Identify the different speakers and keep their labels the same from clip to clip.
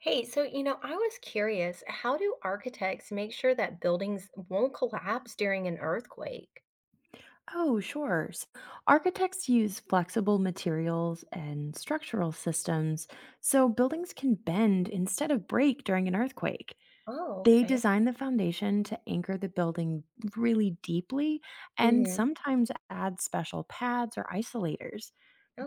Speaker 1: Hey, so I was curious, how do architects make sure that buildings won't collapse during an earthquake?
Speaker 2: Oh, sure. Architects use flexible materials and structural systems so buildings can bend instead of break during an earthquake.
Speaker 1: Oh,
Speaker 2: They
Speaker 1: okay.
Speaker 2: design the foundation to anchor the building really deeply and
Speaker 1: Hmm.
Speaker 2: sometimes add special pads or isolators.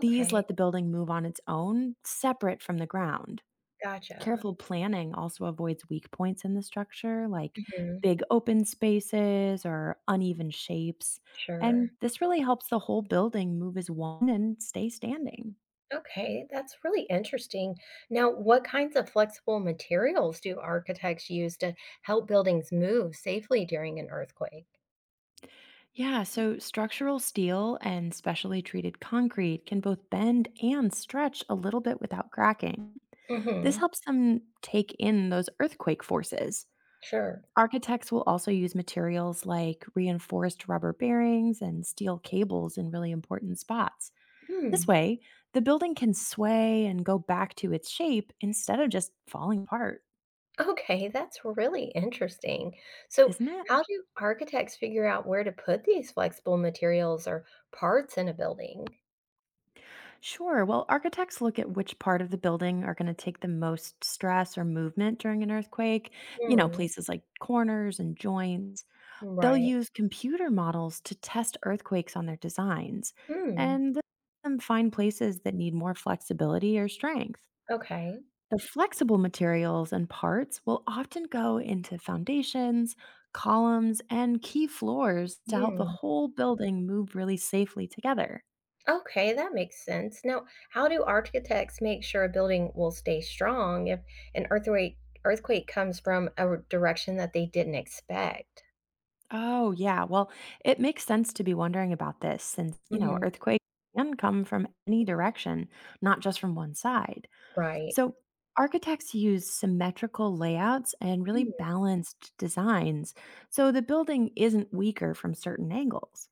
Speaker 2: These let the building move on its own, separate from the ground.
Speaker 1: gotcha.
Speaker 2: Careful planning also avoids weak points in the structure, like
Speaker 1: Hmm.
Speaker 2: big open spaces or uneven shapes. And
Speaker 1: Sure.
Speaker 2: this really helps the whole building move as one and stay standing.
Speaker 1: Okay, that's really interesting. Now, what kinds of flexible materials do architects use to help buildings move safely during an earthquake?
Speaker 2: Yeah, so structural steel and specially treated concrete can both bend and stretch a little bit without cracking. This
Speaker 1: Hmm.
Speaker 2: helps them take in those earthquake forces.
Speaker 1: Sure.
Speaker 2: Architects will also use materials like reinforced rubber bearings and steel cables in really important spots. This
Speaker 1: Hmm.
Speaker 2: way, the building can sway and go back to its shape instead of just falling apart,
Speaker 1: Okay, that's really interesting. So,
Speaker 2: isn't it?
Speaker 1: how do architects figure out where to put these flexible materials or parts in a building?
Speaker 2: Sure. Well, architects look at which part of the building are going to take the most stress or movement during an earthquake, you know,
Speaker 1: Mm,
Speaker 2: places like corners and joints. They'll
Speaker 1: right.
Speaker 2: use computer models to test earthquakes on their designs
Speaker 1: Mm,
Speaker 2: and them find places that need more flexibility or strength.
Speaker 1: okay.
Speaker 2: The flexible materials and parts will often go into foundations, columns, and key floors to help the
Speaker 1: Mm,
Speaker 2: whole building move really safely together.
Speaker 1: okay, that makes sense. Now, how do architects make sure a building will stay strong if an earthquake comes from a direction that they didn't expect?
Speaker 2: Oh, yeah. Well, it makes sense to be wondering about this since, you know,
Speaker 1: Hmm.
Speaker 2: earthquakes can come from any direction, not just from one side.
Speaker 1: Right.
Speaker 2: So, architects use symmetrical layouts and really
Speaker 1: Mm,
Speaker 2: balanced designs so the building isn't weaker from certain angles.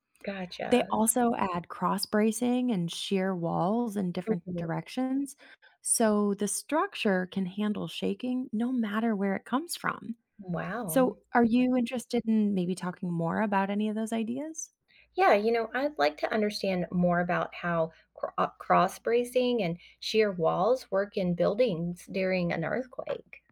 Speaker 2: They
Speaker 1: gotcha.
Speaker 2: also add cross bracing and shear walls in different
Speaker 1: Hmm.
Speaker 2: directions, so the structure can handle shaking no matter where it comes from.
Speaker 1: Wow.
Speaker 2: So, are you interested in maybe talking more about any of those ideas?
Speaker 1: Yeah, I'd like to understand more about how cross bracing and shear walls work in buildings during an earthquake.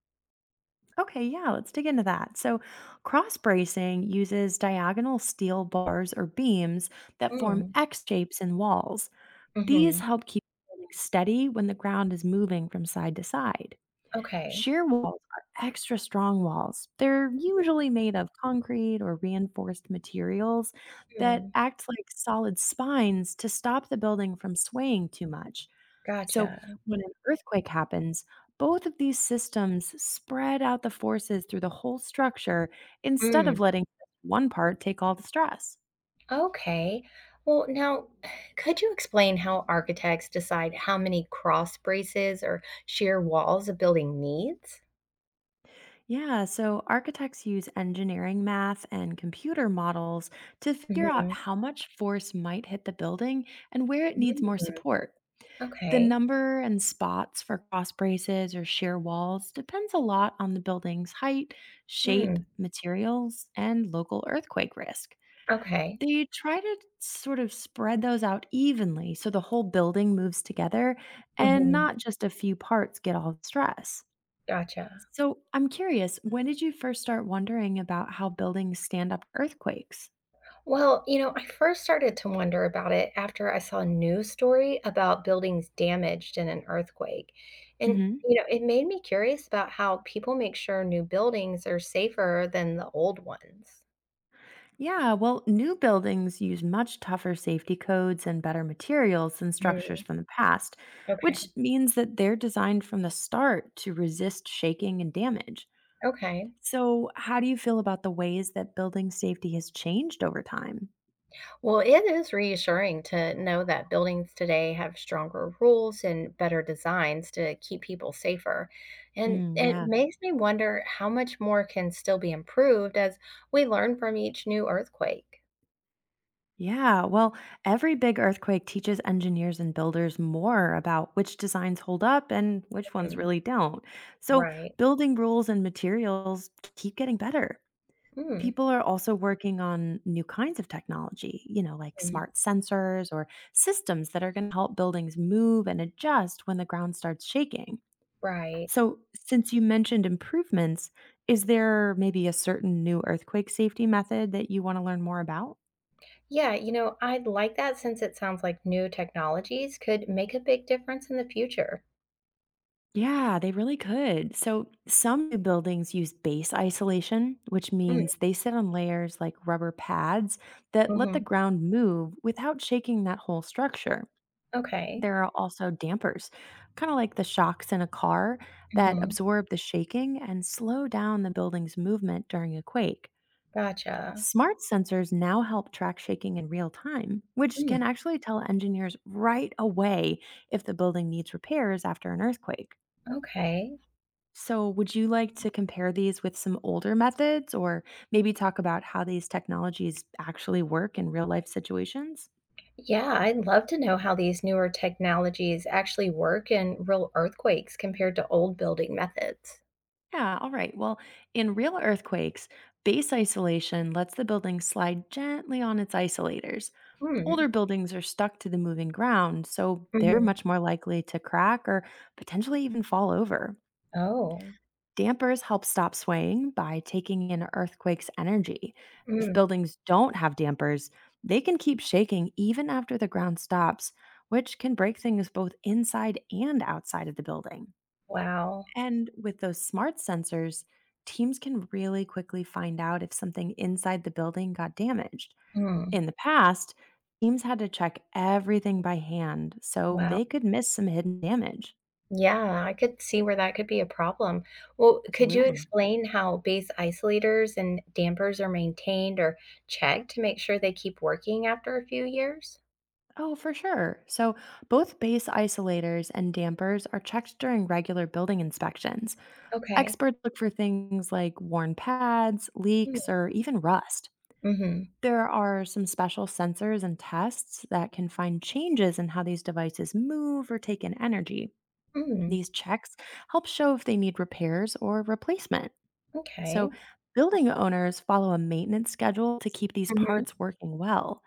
Speaker 2: Okay, yeah, let's dig into that. So, cross bracing uses diagonal steel bars or beams that form
Speaker 1: Mm.
Speaker 2: X shapes in walls. These
Speaker 1: Hmm.
Speaker 2: help keep the building steady when the ground is moving from side to side.
Speaker 1: Okay.
Speaker 2: Shear walls are extra strong walls. They're usually made of concrete or reinforced materials that
Speaker 1: Mm.
Speaker 2: act like solid spines to stop the building from swaying too much. So,
Speaker 1: Gotcha.
Speaker 2: when an earthquake happens, both of these systems spread out the forces through the whole structure instead
Speaker 1: Mm.
Speaker 2: of letting one part take all the stress.
Speaker 1: Okay. Well, now, could you explain how architects decide how many cross braces or shear walls a building needs?
Speaker 2: Yeah, so architects use engineering math and computer models to figure out
Speaker 1: Hmm.
Speaker 2: how much force might hit the building and where it needs
Speaker 1: Mm.
Speaker 2: more support. The
Speaker 1: Okay.
Speaker 2: number and spots for cross braces or shear walls depends a lot on the building's height, shape,
Speaker 1: Mm.
Speaker 2: materials, and local earthquake risk.
Speaker 1: Okay.
Speaker 2: They try to sort of spread those out evenly so the whole building moves together and
Speaker 1: Hmm.
Speaker 2: not just a few parts get all the stress.
Speaker 1: Gotcha.
Speaker 2: So I'm curious, when did you first start wondering about how buildings stand up earthquakes?
Speaker 1: Well, I first started to wonder about it after I saw a news story about buildings damaged in an earthquake. And,
Speaker 2: hmm
Speaker 1: it made me curious about how people make sure new buildings are safer than the old ones.
Speaker 2: Yeah, well, new buildings use much tougher safety codes and better materials than structures
Speaker 1: Mm,
Speaker 2: from the past,
Speaker 1: okay.
Speaker 2: which means that they're designed from the start to resist shaking and damage.
Speaker 1: Okay.
Speaker 2: So, how do you feel about the ways that building safety has changed over time?
Speaker 1: Well, it is reassuring to know that buildings today have stronger rules and better designs to keep people safer. And
Speaker 2: Mm,
Speaker 1: it
Speaker 2: yeah.
Speaker 1: makes me wonder how much more can still be improved as we learn from each new earthquake.
Speaker 2: Yeah, well, every big earthquake teaches engineers and builders more about which designs hold up and which ones really don't. So,
Speaker 1: Right.
Speaker 2: building rules and materials keep getting better.
Speaker 1: Mm,
Speaker 2: People are also working on new kinds of technology, you know, like
Speaker 1: mm,
Speaker 2: smart sensors or systems that are going to help buildings move and adjust when the ground starts shaking.
Speaker 1: right.
Speaker 2: So, since you mentioned improvements, is there maybe a certain new earthquake safety method that you want to learn more about?
Speaker 1: Yeah, I like that since it sounds like new technologies could make a big difference in the future.
Speaker 2: Yeah, they really could. So, some new buildings use base isolation, which
Speaker 1: Mm,
Speaker 2: means they sit on layers like rubber pads that let
Speaker 1: mhm.
Speaker 2: the ground move without shaking that whole structure.
Speaker 1: Okay.
Speaker 2: There are also dampers, kind of like the shocks in a car, that
Speaker 1: Mhm.
Speaker 2: absorb the shaking and slow down the building's movement during a quake.
Speaker 1: Gotcha.
Speaker 2: Smart sensors now help track shaking in real time, which can
Speaker 1: Mm,
Speaker 2: actually tell engineers right away if the building needs repairs after an earthquake.
Speaker 1: okay.
Speaker 2: So, would you like to compare these with some older methods or maybe talk about how these technologies actually work in real life situations?
Speaker 1: Yeah, I'd love to know how these newer technologies actually work in real earthquakes compared to old building methods.
Speaker 2: Yeah, all right. Well, in real earthquakes, base isolation lets the building slide gently on its isolators. Older
Speaker 1: Mm,
Speaker 2: buildings are stuck to the moving ground, so they're
Speaker 1: mhm.
Speaker 2: much more likely to crack or potentially even fall over.
Speaker 1: Oh.
Speaker 2: Dampers help stop swaying by taking in earthquake's energy. If
Speaker 1: Mm,
Speaker 2: buildings don't have dampers, they can keep shaking even after the ground stops, which can break things both inside and outside of the building.
Speaker 1: wow.
Speaker 2: And with those smart sensors, teams can really quickly find out if something inside the building got damaged.
Speaker 1: Mm,
Speaker 2: In the past, teams had to check everything by hand, so
Speaker 1: wow.
Speaker 2: they could miss some hidden damage.
Speaker 1: Yeah, I could see where that could be a problem. Well, could you
Speaker 2: Absolutely.
Speaker 1: explain how base isolators and dampers are maintained or checked to make sure they keep working after a few years?
Speaker 2: Oh, for sure. So, both base isolators and dampers are checked during regular building inspections.
Speaker 1: Okay.
Speaker 2: Experts look for things like worn pads, leaks, or even rust.
Speaker 1: Mm-hmm.
Speaker 2: There are some special sensors and tests that can find changes in how these devices move or take in energy.
Speaker 1: Mm,
Speaker 2: These checks help show if they need repairs or replacement.
Speaker 1: okay.
Speaker 2: So, building owners follow a maintenance schedule to keep these
Speaker 1: Hmm.
Speaker 2: parts working well.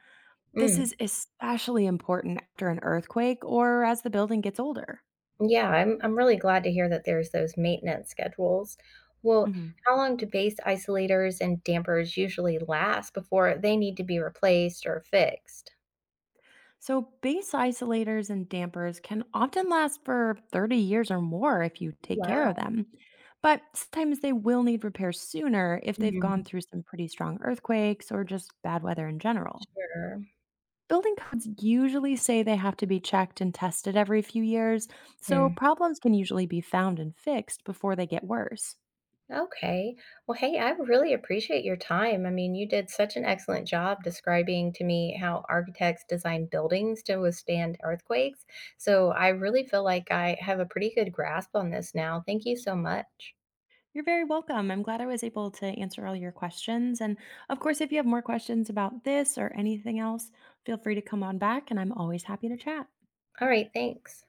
Speaker 2: This
Speaker 1: Mm.
Speaker 2: is especially important after an earthquake or as the building gets older.
Speaker 1: Yeah, I'm really glad to hear that there's those maintenance schedules. Well,
Speaker 2: hmm
Speaker 1: how long do base isolators and dampers usually last before they need to be replaced or fixed?
Speaker 2: So, base isolators and dampers can often last for 30 years or more if you take care of
Speaker 1: Wow.
Speaker 2: them. But sometimes they will need repairs sooner if they've gone
Speaker 1: Mhm.
Speaker 2: through some pretty strong earthquakes or just bad weather in general.
Speaker 1: Sure.
Speaker 2: Building codes usually say they have to be checked and tested every few years, so
Speaker 1: Hmm.
Speaker 2: problems can usually be found and fixed before they get worse.
Speaker 1: Okay. Well, hey, I really appreciate your time. I mean, you did such an excellent job describing to me how architects design buildings to withstand earthquakes. So I really feel like I have a pretty good grasp on this now. Thank you so much.
Speaker 2: You're very welcome. I'm glad I was able to answer all your questions. And of course, if you have more questions about this or anything else, feel free to come on back, and I'm always happy to chat.
Speaker 1: All right. Thanks.